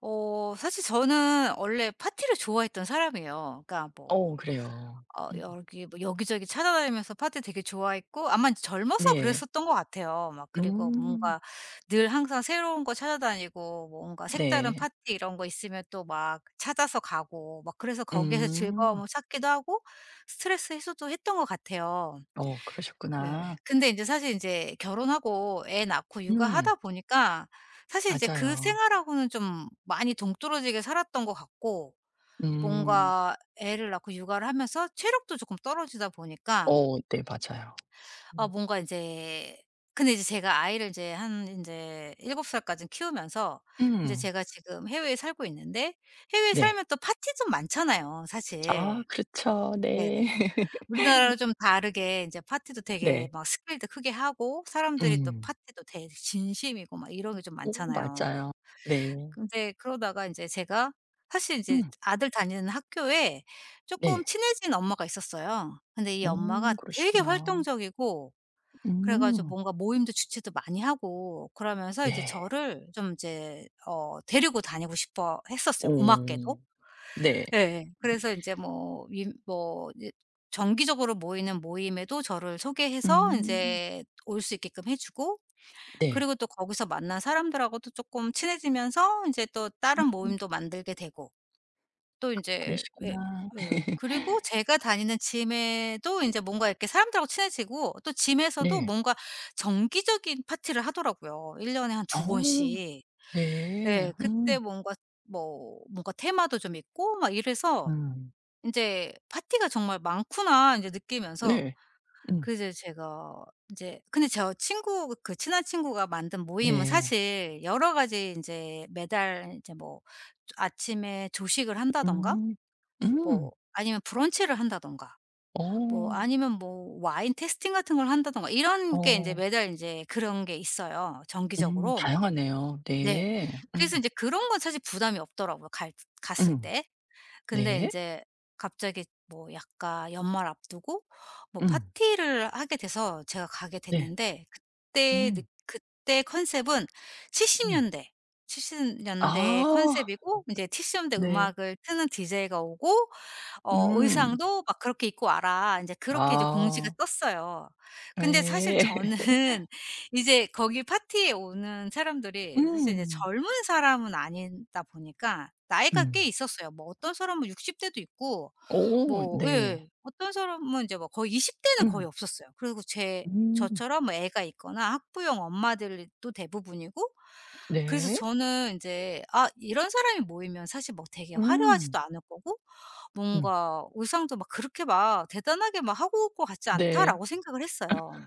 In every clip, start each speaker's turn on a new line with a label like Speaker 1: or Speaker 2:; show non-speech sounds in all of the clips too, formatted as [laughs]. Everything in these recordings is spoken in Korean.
Speaker 1: 사실 저는 원래 파티를 좋아했던 사람이에요. 그러니까
Speaker 2: 어
Speaker 1: 뭐,
Speaker 2: 그래요. 음.
Speaker 1: 여기 뭐 여기저기 찾아다니면서 파티 되게 좋아했고, 아마 젊어서
Speaker 2: 네.
Speaker 1: 그랬었던 것 같아요. 막 그리고
Speaker 2: 음.
Speaker 1: 뭔가 늘 항상 새로운 거 찾아다니고 뭐 뭔가 색다른
Speaker 2: 네.
Speaker 1: 파티 이런 거 있으면 또 막 찾아서 가고 막, 그래서 거기에서
Speaker 2: 음.
Speaker 1: 즐거움을 찾기도 하고 스트레스 해소도 했던 것 같아요.
Speaker 2: 어
Speaker 1: 네.
Speaker 2: 그러셨구나.
Speaker 1: 근데 인제 사실 인제 결혼하고 애 낳고
Speaker 2: 음.
Speaker 1: 육아하다 보니까 사실 이제 그
Speaker 2: 맞아요.
Speaker 1: 생활하고는 좀 많이 동떨어지게 살았던 것 같고,
Speaker 2: 음.
Speaker 1: 뭔가 애를 낳고 육아를 하면서 체력도 쪼끔 떨어지다 보니까
Speaker 2: 어 네 맞아요. 음.
Speaker 1: 뭔가 인제, 근데 이제 제가 아이를 이제 한 인제 7 살까진 키우면서 인제
Speaker 2: 음.
Speaker 1: 제가 지금 해외에 살고 있는데, 해외에
Speaker 2: 네.
Speaker 1: 살면 또 파티 좀 많잖아요
Speaker 2: 아
Speaker 1: 사실.
Speaker 2: 그렇죠.
Speaker 1: 네네.
Speaker 2: 네. [laughs]
Speaker 1: 우리나라랑 좀 다르게 이제 파티도 되게
Speaker 2: 네.
Speaker 1: 막 스케일도 크게 하고, 사람들이 또
Speaker 2: 음.
Speaker 1: 파티도 되게 진심이고 막 이런 게 좀
Speaker 2: 오
Speaker 1: 많잖아요.
Speaker 2: 맞아요. 네.
Speaker 1: 근데 그러다가 인제 제가, 사실 인제
Speaker 2: 음.
Speaker 1: 아들 다니는 학교에 쪼끔
Speaker 2: 네.
Speaker 1: 친해진 엄마가 있었어요. 근데 이
Speaker 2: 어
Speaker 1: 엄마가 되게
Speaker 2: 그러시구나.
Speaker 1: 활동적이고 그래 가지고
Speaker 2: 음.
Speaker 1: 뭔가 모임도 주최도 많이 하고, 그러면서 이제
Speaker 2: 네.
Speaker 1: 저를 좀 이제 데리고 다니고 싶어 했었어요, 고맙게도.
Speaker 2: 오. 네.
Speaker 1: 예. 그래서 인제 뭐 윈 뭐 이제 정기적으로 모이는 모임에도 저를 소개해서
Speaker 2: 음.
Speaker 1: 인제 올 수 있게끔 해 주고,
Speaker 2: 네.
Speaker 1: 그리고 또 거기서 만난 사람들하고도 쪼끔 친해지면서 인제 또 다른
Speaker 2: 음
Speaker 1: 모임도 만들게 되고, 또 인제 예.
Speaker 2: 그러시구나.
Speaker 1: 예.
Speaker 2: 네. [laughs]
Speaker 1: 그리고 제가 다니는 gym에도 인제 뭔가 이렇게 사람들하고 친해지고, 또 gym에서도 뭔가 정기적인 파티를 하더라고요, 1 년에 한
Speaker 2: 어.
Speaker 1: 두 번씩.
Speaker 2: 네.
Speaker 1: 예. 그때
Speaker 2: 음.
Speaker 1: 뭔가, 뭐 뭔가 테마도 좀 있고 막 이래서
Speaker 2: 음.
Speaker 1: 인제 '파티가 정말 많구나.' 인제 느끼면서,
Speaker 2: 네. 음.
Speaker 1: 그 이제 제가 인제, 근데 저 친구 그 친한 친구가 만든 모임은
Speaker 2: 네.
Speaker 1: 사실 여러 가지, 인제 매달 인제 뭐 아침에 조식을 한다든가,
Speaker 2: 음. 음.
Speaker 1: 뭐 아니면 브런치를 한다든가, 뭐
Speaker 2: 어.
Speaker 1: 아니면 뭐 와인 테스팅 같은 걸 한다든가, 이런 게 인제
Speaker 2: 어.
Speaker 1: 매달 인제 그런 게 있어요,
Speaker 2: 음.
Speaker 1: 정기적으로.
Speaker 2: 다양하네요.
Speaker 1: 네.
Speaker 2: 네. 음.
Speaker 1: 그래서 인제 그런 건 사실 부담이 없더라고요, 갈 갔을
Speaker 2: 음.
Speaker 1: 때. 근데 이
Speaker 2: 네.
Speaker 1: 제 갑자기, 뭐 약간 연말 앞두고 뭐
Speaker 2: 음.
Speaker 1: 파티를 하게 돼서 제가 가게
Speaker 2: 네.
Speaker 1: 됐는데, 그때 느
Speaker 2: 음.
Speaker 1: 그때 컨셉은 70
Speaker 2: 음.
Speaker 1: 년대, 70 년대
Speaker 2: 아.
Speaker 1: 컨셉이고, 이제70 년대
Speaker 2: 네.
Speaker 1: 음악을 트는 디제이가 오고
Speaker 2: 음.
Speaker 1: "의상도 막 그렇게 입고 와라." 인제 그렇게 이제 공지가
Speaker 2: 아.
Speaker 1: 떴어요. 근데 사실
Speaker 2: 예.
Speaker 1: 저는
Speaker 2: [laughs]
Speaker 1: [laughs] 이제 거기 파티에 오는 사람들이 사실 이제
Speaker 2: 음.
Speaker 1: 젊은 사람은 아니다 보니까 나이가 꽤
Speaker 2: 음.
Speaker 1: 있었어요. 뭐 어떤 사람은 60 대도 있고,
Speaker 2: 오.
Speaker 1: 뭐,
Speaker 2: 네.
Speaker 1: 예. 어떤 사람은 이제 막 거의 20 대는 거의
Speaker 2: 음.
Speaker 1: 없었어요. 그리고 제
Speaker 2: 음.
Speaker 1: 저처럼 뭐 애가 있거나 학부형 엄마들이 또 대부분이고. 그래서
Speaker 2: 네.
Speaker 1: 저는 인제, 아 이런 사람이 모이면 사실 뭐 되게
Speaker 2: 음.
Speaker 1: 화려하지도 않을 거고,
Speaker 2: 음.
Speaker 1: 뭔가 의상도 막 그렇게 막 '대단하게 막 하고 올 것 같지
Speaker 2: 네.
Speaker 1: 않다.'라고 생각을 했어요.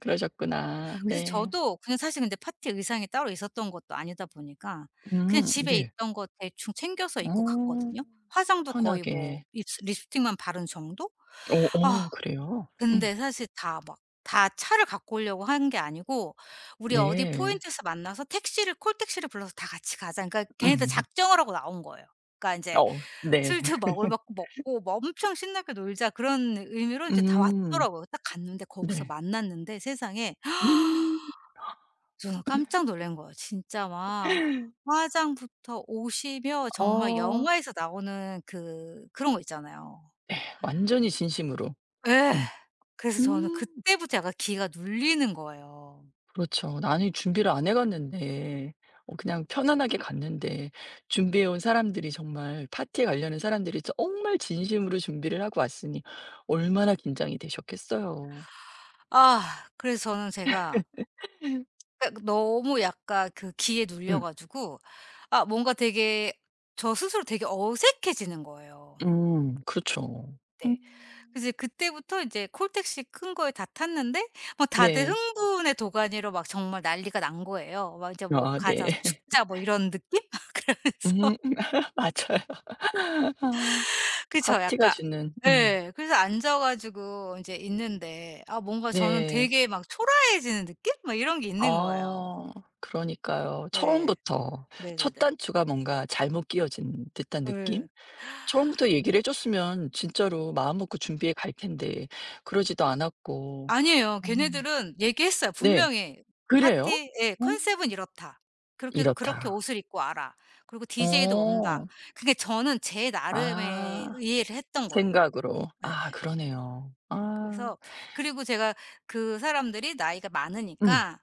Speaker 2: 그러셨구나.
Speaker 1: 그래서
Speaker 2: 네.
Speaker 1: 저도 그냥 사실, 근데 파티 의상이 따로 있었던 것도 아니다 보니까 그냥
Speaker 2: 음.
Speaker 1: 집에
Speaker 2: 네.
Speaker 1: 있던 거 대충 챙겨서
Speaker 2: 어.
Speaker 1: 입고 갔거든요. 화장도 거의 뭐
Speaker 2: 편하게.
Speaker 1: 립스틱만 바른 정도?
Speaker 2: 어
Speaker 1: 아
Speaker 2: 어 그래요? 음.
Speaker 1: 근데 사실 다 막 다 차를 갖고 오려고 한 게 아니고, "우리 어디
Speaker 2: 네.
Speaker 1: 포인트에서 만나서 택시를 콜택시를 불러서 다 같이 가자." 그러니까 걔네들
Speaker 2: 음.
Speaker 1: 작정을 하고 나온 거예요. 그러니까 이제
Speaker 2: 어 네.
Speaker 1: 술도 먹을만큼 먹고 뭐 엄청 신나게 놀자 그런 의미로 이제 다
Speaker 2: 음.
Speaker 1: 왔더라고요. 딱 갔는데, 거기서
Speaker 2: 네.
Speaker 1: 만났는데 세상에,
Speaker 2: 음.
Speaker 1: 저는 깜짝 놀란 거예요. 진짜 막, 화장부터 옷이며 정말
Speaker 2: 어.
Speaker 1: 영화에서 나오는 그 그런 거 있잖아요.
Speaker 2: 완전히 진심으로.
Speaker 1: 예.
Speaker 2: 음.
Speaker 1: 그래서 저는
Speaker 2: 음.
Speaker 1: 그때부터 약간 기가 눌리는 거예요.
Speaker 2: 그렇죠. 나는 준비를 안 해 갔는데 어 그냥 편안하게 갔는데 준비해 온 사람들이 정말 파티에 가려는 사람들이 정말 진심으로 준비를 하고 왔으니 얼마나 긴장이 되셨겠어요.
Speaker 1: 그래서 저는 제가,
Speaker 2: [laughs]
Speaker 1: 그러니까 너무 약간 그 기에 눌려
Speaker 2: 음.
Speaker 1: 가지고 뭔가 되게, 저 스스로 되게 어색해지는 거예요.
Speaker 2: 음. 그렇죠.
Speaker 1: 네.
Speaker 2: 음.
Speaker 1: 그래서 이제 그때부터 이제 콜택시 큰 거에 다 탔는데, 뭐 다들
Speaker 2: 네.
Speaker 1: 흥분의 도가니로 막 정말 난리가 난 거예요. 막 이제 뭐
Speaker 2: 아
Speaker 1: "가자.
Speaker 2: 네.
Speaker 1: 죽자." 뭐 이런 느낌? [laughs]
Speaker 2: [laughs] 음.
Speaker 1: 그러면서
Speaker 2: 맞아요. [laughs]
Speaker 1: 그쵸.
Speaker 2: 파티가
Speaker 1: 약간
Speaker 2: 주는
Speaker 1: 예. 그래서 앉아 가지고 인제 있는데, 뭔가 저는
Speaker 2: 네.
Speaker 1: 되게 막 초라해지는 느낌? 막 이런 게 있는 거예요.
Speaker 2: 아 그러니까요.
Speaker 1: 예.
Speaker 2: 처음부터 첫
Speaker 1: 네네네.
Speaker 2: 단추가 뭔가 잘못 끼워진 듯한
Speaker 1: 예.
Speaker 2: 느낌? 처음부터 얘기를 해 줬으면 진짜로 마음 먹고 준비해 갈 텐데 그러지도 않았고.
Speaker 1: 아니에요,
Speaker 2: 음.
Speaker 1: 걔네들은 얘기했어요,
Speaker 2: 네.
Speaker 1: 분명히.
Speaker 2: 그래요?
Speaker 1: 파티, 예,
Speaker 2: 어
Speaker 1: "컨셉은 이렇다. 그렇게 그렇게
Speaker 2: 이렇다.
Speaker 1: 옷을 입고 와라. 그리고 디제이도 온다."
Speaker 2: 어.
Speaker 1: 그게 저는 제 나름의
Speaker 2: 아
Speaker 1: 이해를 했던 거예요.
Speaker 2: 생각으로.
Speaker 1: 예예.
Speaker 2: 아 그러네요. 아
Speaker 1: 그래서, 그리고 제가, 그 사람들이 나이가
Speaker 2: 음
Speaker 1: 많으니까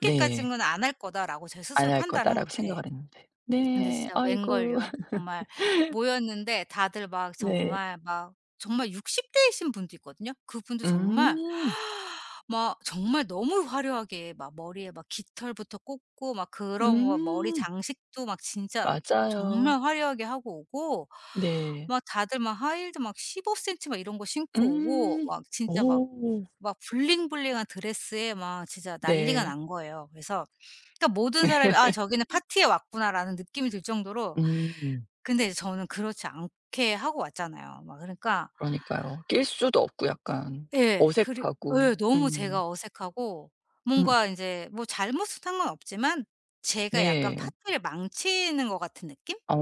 Speaker 2: 네.
Speaker 1: 안 할 거다.'라고 제 스스로
Speaker 2: '안 할
Speaker 1: 판단을 한
Speaker 2: 거다.'라고
Speaker 1: 거죠. 예.
Speaker 2: 생각을 했는데.
Speaker 1: 근데
Speaker 2: 네.
Speaker 1: 진짜
Speaker 2: 아이고.
Speaker 1: 웬걸요.
Speaker 2: [laughs]
Speaker 1: 정말 모였는데, 다들 막
Speaker 2: 네.
Speaker 1: 정말 막 정말 60 대이신 분도 있거든요. 그분도 정말
Speaker 2: 음.
Speaker 1: [gasps] 막 정말 너무 화려하게 막 머리에 막 깃털부터 꽂고 막 그런 거 머리
Speaker 2: 음.
Speaker 1: 장식도 막 진짜,
Speaker 2: 맞아요.
Speaker 1: 정말 화려하게 하고 오고,
Speaker 2: 네.
Speaker 1: 막 다들 막 하이힐도 막 15 센티 막 이런 거 신고 오고
Speaker 2: 음.
Speaker 1: 막 진짜 막
Speaker 2: 오.
Speaker 1: 막 블링블링한 드레스에 막 진짜 난리가
Speaker 2: 네.
Speaker 1: 난 거예요. 그래서, 그러니까 모든 사람이 '아
Speaker 2: [laughs]
Speaker 1: 저기는 파티에 왔구나.'라는 느낌이 들 정도로,
Speaker 2: 음.
Speaker 1: 근데 이제 저는 그렇지 않게 하고 왔잖아요. 막 그러니까
Speaker 2: 그러니까요. 낄 수도 없고 약간
Speaker 1: 예. 그리
Speaker 2: 어색하고.
Speaker 1: 예. 너무
Speaker 2: 음.
Speaker 1: 제가 어색하고,
Speaker 2: 음.
Speaker 1: 뭔가 인제 뭐 잘못은 상관없지만 제가 약간
Speaker 2: 네.
Speaker 1: 파티를 망치는 것 같은 느낌?
Speaker 2: 어.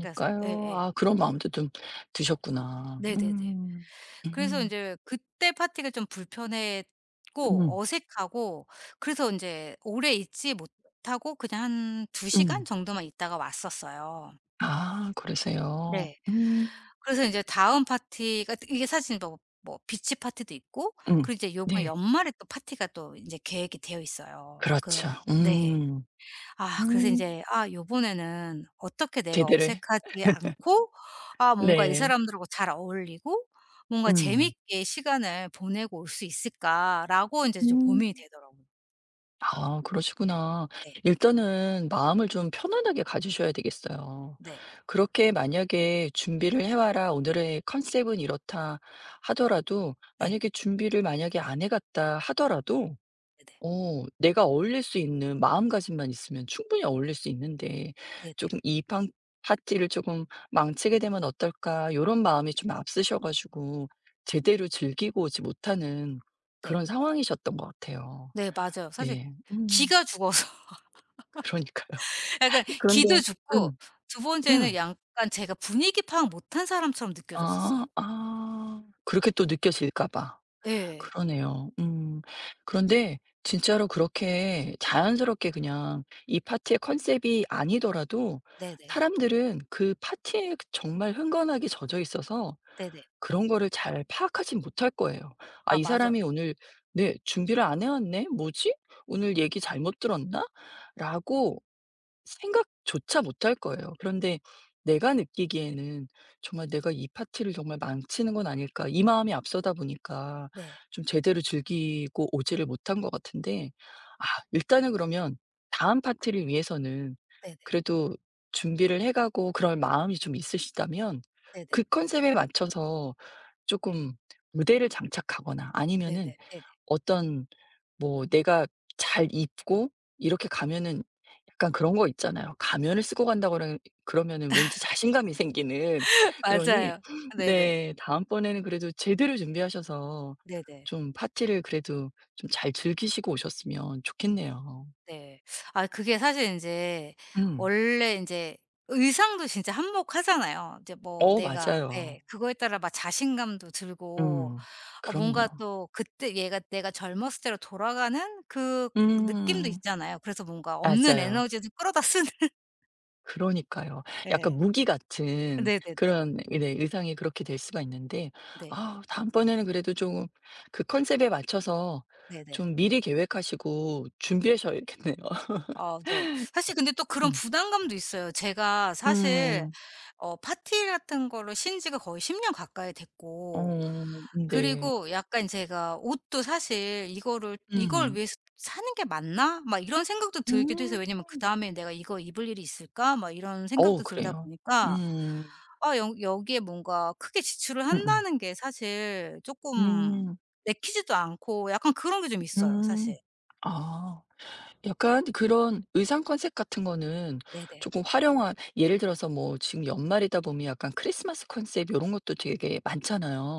Speaker 1: 그래서 예예.
Speaker 2: 아 그런 마음도 좀 드셨구나.
Speaker 1: 네네네.
Speaker 2: 음.
Speaker 1: 그래서
Speaker 2: 음.
Speaker 1: 인제 그때 파티가 좀 불편했고
Speaker 2: 음.
Speaker 1: 어색하고, 그래서 인제 오래 있지 못하고 그냥 한 두 시간
Speaker 2: 음.
Speaker 1: 정도만 있다가 왔었어요.
Speaker 2: 아 그러세요.
Speaker 1: 네.
Speaker 2: 음.
Speaker 1: 그래서 인제, 다음 파티가 이게 사실 뭐 비치 파티도 있고,
Speaker 2: 음.
Speaker 1: 그리고 이제 요번
Speaker 2: 네.
Speaker 1: 연말에 또 파티가 또 인제 계획이 되어 있어요.
Speaker 2: 그렇죠.
Speaker 1: 네.
Speaker 2: 음.
Speaker 1: 그래서
Speaker 2: 음.
Speaker 1: 인제 '아 요번에는 어떻게 내가
Speaker 2: 제대로 해
Speaker 1: 어색하지 않고, 뭔가 이
Speaker 2: 네.
Speaker 1: 사람들하고 잘 어울리고 뭔가
Speaker 2: 음.
Speaker 1: 재밌게 시간을 보내고 올 수 있을까?'라고 인제 좀
Speaker 2: 음.
Speaker 1: 고민이 되더라고요.
Speaker 2: 아 그러시구나.
Speaker 1: 네.
Speaker 2: 일단은 마음을 좀 편안하게 가지셔야 되겠어요.
Speaker 1: 네.
Speaker 2: 그렇게 만약에 준비를 해 와라. 오늘의 컨셉은 이렇다 하더라도
Speaker 1: 네.
Speaker 2: 만약에 준비를 만약에 안 해 갔다 하더라도
Speaker 1: 네네.
Speaker 2: 어 내가 어울릴 수 있는 마음가짐만 있으면 충분히 어울릴 수 있는데
Speaker 1: 네네.
Speaker 2: 조금 '이 파티를 조금 망치게 되면 어떨까?' 이런 마음이 좀 앞서셔 가지고 제대로 즐기고 오지 못하는
Speaker 1: 네.
Speaker 2: 그런 상황이셨던 것 같아요.
Speaker 1: 네 네. 맞아요. 사실
Speaker 2: 네. 음.
Speaker 1: 기가 죽어서
Speaker 2: 그러니까요.
Speaker 1: 약간 기도
Speaker 2: 그런데
Speaker 1: 좋고,
Speaker 2: 음.
Speaker 1: 두 번째는
Speaker 2: 음.
Speaker 1: 약간 제가 분위기 파악 못한 사람처럼 느껴졌었어요.
Speaker 2: 아. 아. 그렇게 또 느껴질까 봐.
Speaker 1: 예.
Speaker 2: 그러네요. 음. 그런데 진짜로 그렇게 자연스럽게 그냥 이 파티의 컨셉이 아니더라도
Speaker 1: 네네네.
Speaker 2: 사람들은 그 파티에 그 정말 흥건하게 젖어 있어서
Speaker 1: 네네.
Speaker 2: 그런 거를 잘 파악하지 못할 거예요. '아
Speaker 1: 아
Speaker 2: 이
Speaker 1: 맞아요.
Speaker 2: 사람이 오늘 네 준비를 안 해 왔네. 뭐지? 오늘 얘기 잘못 들었나?'라고 생각조차 못할 거예요. 그런데 내가 느끼기에는 '정말 내가 이 파티를 정말 망치는 건 아닐까.' 이 마음이 앞서다 보니까
Speaker 1: 네.
Speaker 2: 좀 제대로 즐기고 오지를 못한 것 같은데 아 일단은 그러면 다음 파티를 위해서는
Speaker 1: 네네.
Speaker 2: 그래도 준비를 해 가고 그럴 마음이 좀 있으시다면 그
Speaker 1: 네네.
Speaker 2: 컨셉에 맞춰서 쪼끔 무대를 장착하거나
Speaker 1: 네네.
Speaker 2: 아니면은
Speaker 1: 네네.
Speaker 2: 어떤 뭐 내가 잘 입고 이렇게 가면은 약간 그런 거 있잖아요. 가면을 쓰고 간다고 그러면은 왠지 자신감이 생기는
Speaker 1: [laughs]
Speaker 2: 그러니
Speaker 1: 맞아요. 네네.
Speaker 2: 네 다음번에는 그래도 제대로 준비하셔서
Speaker 1: 네네.
Speaker 2: 좀 파티를 그래도 좀 잘 즐기시고 오셨으면 좋겠네요.
Speaker 1: 네. 아 그게 사실 인제
Speaker 2: 음.
Speaker 1: 원래 인제 의상도 진짜 한몫하잖아요. 이제 뭐
Speaker 2: 어
Speaker 1: 내가,
Speaker 2: 맞아요.
Speaker 1: 예, 그거에 따라 막 자신감도 들고,
Speaker 2: 음.
Speaker 1: 뭔가
Speaker 2: 그럼요.
Speaker 1: 또 그때 얘가 내가 젊었을 때로 돌아가는 그 느낌도
Speaker 2: 음.
Speaker 1: 있잖아요. 그래서 뭔가 없는
Speaker 2: 맞아요.
Speaker 1: 에너지도 끌어다 쓰는.
Speaker 2: 그러니까요. 약간
Speaker 1: 예.
Speaker 2: 무기
Speaker 1: [laughs]
Speaker 2: 같은
Speaker 1: 네네네.
Speaker 2: 그런 네 의상이 그렇게 될 수가 있는데
Speaker 1: 네.
Speaker 2: 아 다음번에는 그래도 좀 그 컨셉에 맞춰서
Speaker 1: 네네.
Speaker 2: 좀 미리 계획하시고 준비하셔야겠네요. [laughs]
Speaker 1: 아 네. 사실 근데 또 그런
Speaker 2: 음.
Speaker 1: 부담감도 있어요. 제가 사실
Speaker 2: 음.
Speaker 1: 파티 같은 거를 쉰 지가 거의 10년 가까이
Speaker 2: 어
Speaker 1: 됐고,
Speaker 2: 네.
Speaker 1: 그리고 약간 제가 옷도 사실, '이거를 이걸
Speaker 2: 음.
Speaker 1: 위해서 사는 게 맞나?' 막 이런 생각도 들기도 해서,
Speaker 2: 음.
Speaker 1: 왜냐면 '그다음에 내가 이거 입을 일이 있을까?' 막 이런
Speaker 2: 어
Speaker 1: 생각도 들다
Speaker 2: 그래요?
Speaker 1: 보니까,
Speaker 2: 음.
Speaker 1: 여 여기에 뭔가 크게 지출을
Speaker 2: 음음.
Speaker 1: 한다는 게 사실
Speaker 2: 음.
Speaker 1: 조금
Speaker 2: 음.
Speaker 1: 내키지도 않고 약간 그런 게 좀 있어요, 사실.
Speaker 2: 음. 아. 약간 그런 의상 컨셉 같은 거는
Speaker 1: 네네.
Speaker 2: 조금 활용한 예를 들어서 뭐 지금 연말이다 보면 약간 크리스마스 컨셉 이런 것도 되게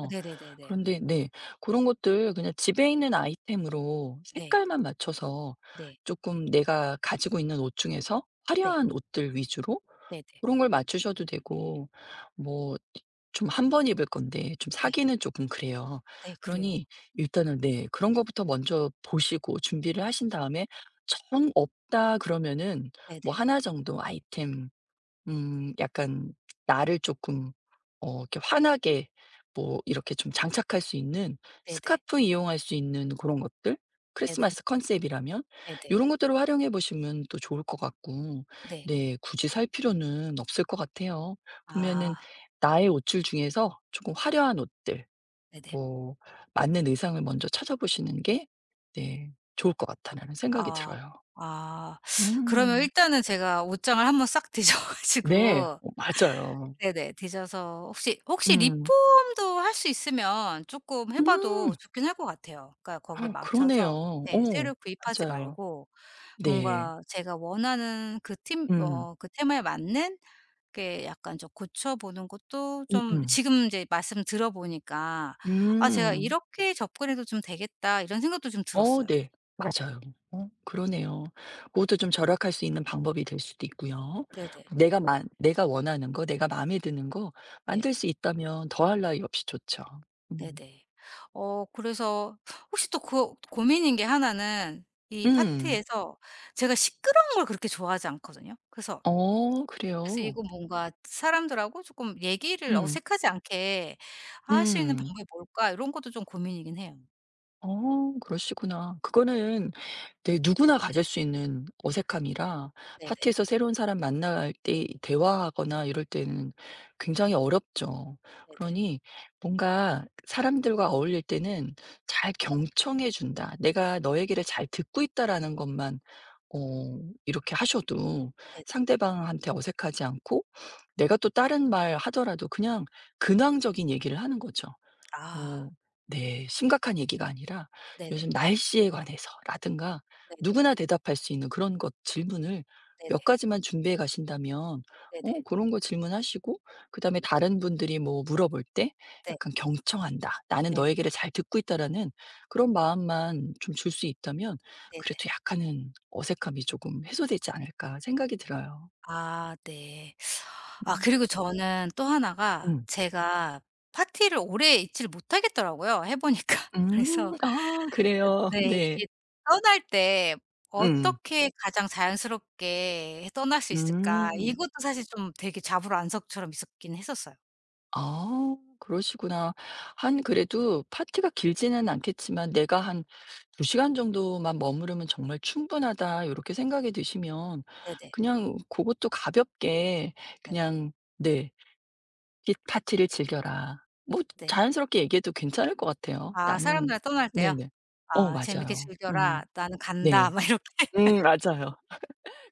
Speaker 1: 아 네네네네.
Speaker 2: 그런데 네. 그런 것들 그냥 집에 있는 아이템으로
Speaker 1: 네.
Speaker 2: 색깔만 맞춰서
Speaker 1: 네.
Speaker 2: 조금 내가 가지고 있는 옷 중에서
Speaker 1: 네.
Speaker 2: 화려한 옷들 위주로
Speaker 1: 네 네.
Speaker 2: 그런 걸 맞추셔도 되고 뭐 좀 한 번 입을 건데 좀
Speaker 1: 네.
Speaker 2: 사기는 조금 그래요.
Speaker 1: 네 네, 그래요.
Speaker 2: 그러니 일단은 네 그런 거부터 먼저 보시고 준비를 하신 다음에 정 없다 그러면은 뭐
Speaker 1: 네네.
Speaker 2: 하나 정도 아이템 약간 나를 조금 어 이렇게 환하게 뭐 이렇게 좀 장착할 수 있는
Speaker 1: 네네.
Speaker 2: 스카프 이용할 수 있는 그런 것들?
Speaker 1: 네네.
Speaker 2: 크리스마스 컨셉이라면
Speaker 1: 네네. 네. 네. 네, 네.
Speaker 2: 이런 것들을 활용해 보시면 또 좋을 것 같고
Speaker 1: 네.
Speaker 2: 네 굳이 살 필요는 없을 것 같아요. 보면은
Speaker 1: 아.
Speaker 2: 나의 옷줄 중에서 조금 화려한 옷들
Speaker 1: 네네.
Speaker 2: 뭐 맞는 의상을 먼저 찾아보시는 게 네 '좋을 것 같다는 생각이
Speaker 1: 아.
Speaker 2: 들어요.
Speaker 1: 아. 그러면
Speaker 2: 음.
Speaker 1: 일단은 제가 옷장을 한번 싹 뒤져
Speaker 2: 네.
Speaker 1: 가지고
Speaker 2: 어 맞아요.
Speaker 1: 네네. [laughs] 뒤져서 혹시 혹시
Speaker 2: 음.
Speaker 1: 리폼도 할 수 있으면 쪼끔 해 봐도
Speaker 2: 음.
Speaker 1: 좋긴 할 것 같아요. 그러니까 거기에
Speaker 2: 아 그러네요.
Speaker 1: 맞춰서 네,
Speaker 2: 어
Speaker 1: 새로 구입하지
Speaker 2: 맞아요.
Speaker 1: 말고
Speaker 2: 네.
Speaker 1: 뭔가 제가 원하는 그 팀
Speaker 2: 음.
Speaker 1: 뭐 그 테마에 맞는 그게 약간 좀 고쳐 보는 것도
Speaker 2: 음음.
Speaker 1: 좀,
Speaker 2: 음.
Speaker 1: 지금 이제 말씀 들어 보니까 '아 제가
Speaker 2: 음,
Speaker 1: 이렇게 접근해도 좀 되겠다.' 이런 생각도 좀
Speaker 2: 어
Speaker 1: 들었어요.
Speaker 2: 네. 맞아요. 어
Speaker 1: 음.
Speaker 2: 그러네요. 그것도 좀 절약할 수 있는 방법이 될 수도 있고요.
Speaker 1: 네네.
Speaker 2: 내가 원하는 거 내가 마음에 드는 거
Speaker 1: 네.
Speaker 2: 만들 수 있다면 더할 나위 없이 좋죠. 음.
Speaker 1: 네네. 그래서 혹시 또 그 고민인 게 하나는, 이
Speaker 2: 음.
Speaker 1: 파티에서 제가 시끄러운 걸 그렇게 좋아하지 않거든요. 그래서
Speaker 2: 어
Speaker 1: 그래서
Speaker 2: 그래요.
Speaker 1: 이거 뭔가 사람들하고 쪼끔 얘기를
Speaker 2: 음.
Speaker 1: 어색하지 않게 할 수 있는
Speaker 2: 음.
Speaker 1: 방법이 뭘까 이런 것도 좀 고민이긴 해요.
Speaker 2: 어 그러시구나.
Speaker 1: 네.
Speaker 2: 그거는 네. 누구나 가질 수 있는 어색함이라
Speaker 1: 네네.
Speaker 2: 파티에서 새로운 사람 만날 때 대화하거나 이럴 때는 굉장히 어렵죠.
Speaker 1: 네네.
Speaker 2: 그러니 뭔가 사람들과 어울릴 때는 잘 경청해 준다. 내가 너 얘기를 잘 듣고 있다라는 것만 어 이렇게 하셔도
Speaker 1: 네네.
Speaker 2: 상대방한테 어색하지 않고 내가 또 다른 말 하더라도 그냥 근황적인 얘기를 하는 거죠.
Speaker 1: 아.
Speaker 2: 어 네. 심각한 얘기가 아니라
Speaker 1: 네네.
Speaker 2: 요즘 날씨에 관해서라든가
Speaker 1: 네네.
Speaker 2: 누구나 대답할 수 있는 그런 것 질문을
Speaker 1: 네네.
Speaker 2: 몇 가지만 준비해 가신다면
Speaker 1: 네네.
Speaker 2: 어 그런 거 질문하시고 그다음에 다른 분들이 뭐 물어볼 때
Speaker 1: 네.
Speaker 2: 약간 경청한다. '나는 너
Speaker 1: 네네.
Speaker 2: 얘기를 잘 듣고 있다.'라는 그런 마음만 좀 줄 수 있다면
Speaker 1: 네네.
Speaker 2: 그래도 약간은 어색함이 조금 해소되지 않을까 생각이 들어요.
Speaker 1: 아 네. 아
Speaker 2: 음.
Speaker 1: 그리고 저는 또 하나가,
Speaker 2: 음.
Speaker 1: 제가 파티를 오래 있지를 못하겠더라고요, 해 보니까. [laughs]
Speaker 2: 음.
Speaker 1: 그래서
Speaker 2: 아 그래요.
Speaker 1: 네
Speaker 2: 네.
Speaker 1: 이게 떠날 때
Speaker 2: 음.
Speaker 1: 어떻게 가장 자연스럽게 떠날 수 있을까,
Speaker 2: 음.
Speaker 1: 이것도 사실 좀 되게 잡으러안석처럼 있었긴 했었어요.
Speaker 2: 아 그러시구나. 한 그래도 파티가 길지는 않겠지만 '내가 한 2 시간 정도만 머무르면 정말 충분하다.' 이렇게 생각이 드시면
Speaker 1: 네네.
Speaker 2: 그냥 그것도 가볍게
Speaker 1: 네.
Speaker 2: 그냥 네 "이 파티를 즐겨라." 뭐
Speaker 1: 네.
Speaker 2: 자연스럽게 얘기해도 괜찮을 것 같아요.
Speaker 1: 아
Speaker 2: "나는"
Speaker 1: 사람들이랑 떠날 때요?
Speaker 2: 네네. 어
Speaker 1: 아 "재밌게
Speaker 2: 맞아요. 음.
Speaker 1: 즐겨라. 나는 간다."
Speaker 2: 네.
Speaker 1: 막 이렇게?
Speaker 2: 맞아요.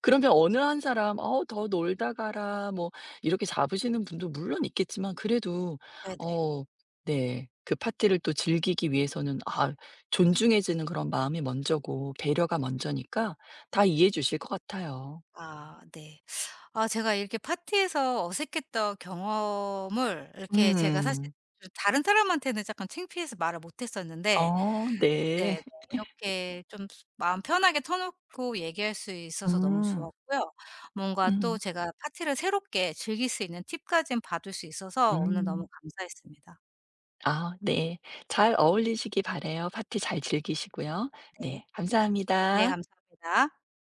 Speaker 2: 그러면 어느 한 사람 "어 더 놀다 가라." 뭐 이렇게 잡으시는 분도 물론 있겠지만 그래도
Speaker 1: 네네.
Speaker 2: 어 네. 그 파티를 또 즐기기 위해서는 아 존중해 지는 그런 마음이 먼저고 배려가 먼저니까 다 이해해
Speaker 1: 네네.
Speaker 2: 주실 것 같아요.
Speaker 1: 아 네. 아 제가 이렇게 파티에서 어색했던 경험을, 이렇게 제가 사실
Speaker 2: 음.
Speaker 1: 좀 다른 사람한테는 약간 창피해서 말을 못 했었는데
Speaker 2: 어
Speaker 1: 네,
Speaker 2: 네.
Speaker 1: 네, 이렇게 좀 마음 편하게 터놓고 얘기할 수 있어서 너무
Speaker 2: 음.
Speaker 1: 좋았고요. 뭔가 또
Speaker 2: 음.
Speaker 1: 제가 파티를 새롭게 즐길 수 있는 팁까는 받을 수 있어서 오늘 너무
Speaker 2: 음.
Speaker 1: 감사했습니다.
Speaker 2: 아 네. 잘 어울리시기 바래요 파티 잘 즐기시고요.
Speaker 1: 네.
Speaker 2: 네.
Speaker 1: 네
Speaker 2: 감사합니다.
Speaker 1: 감사합니다.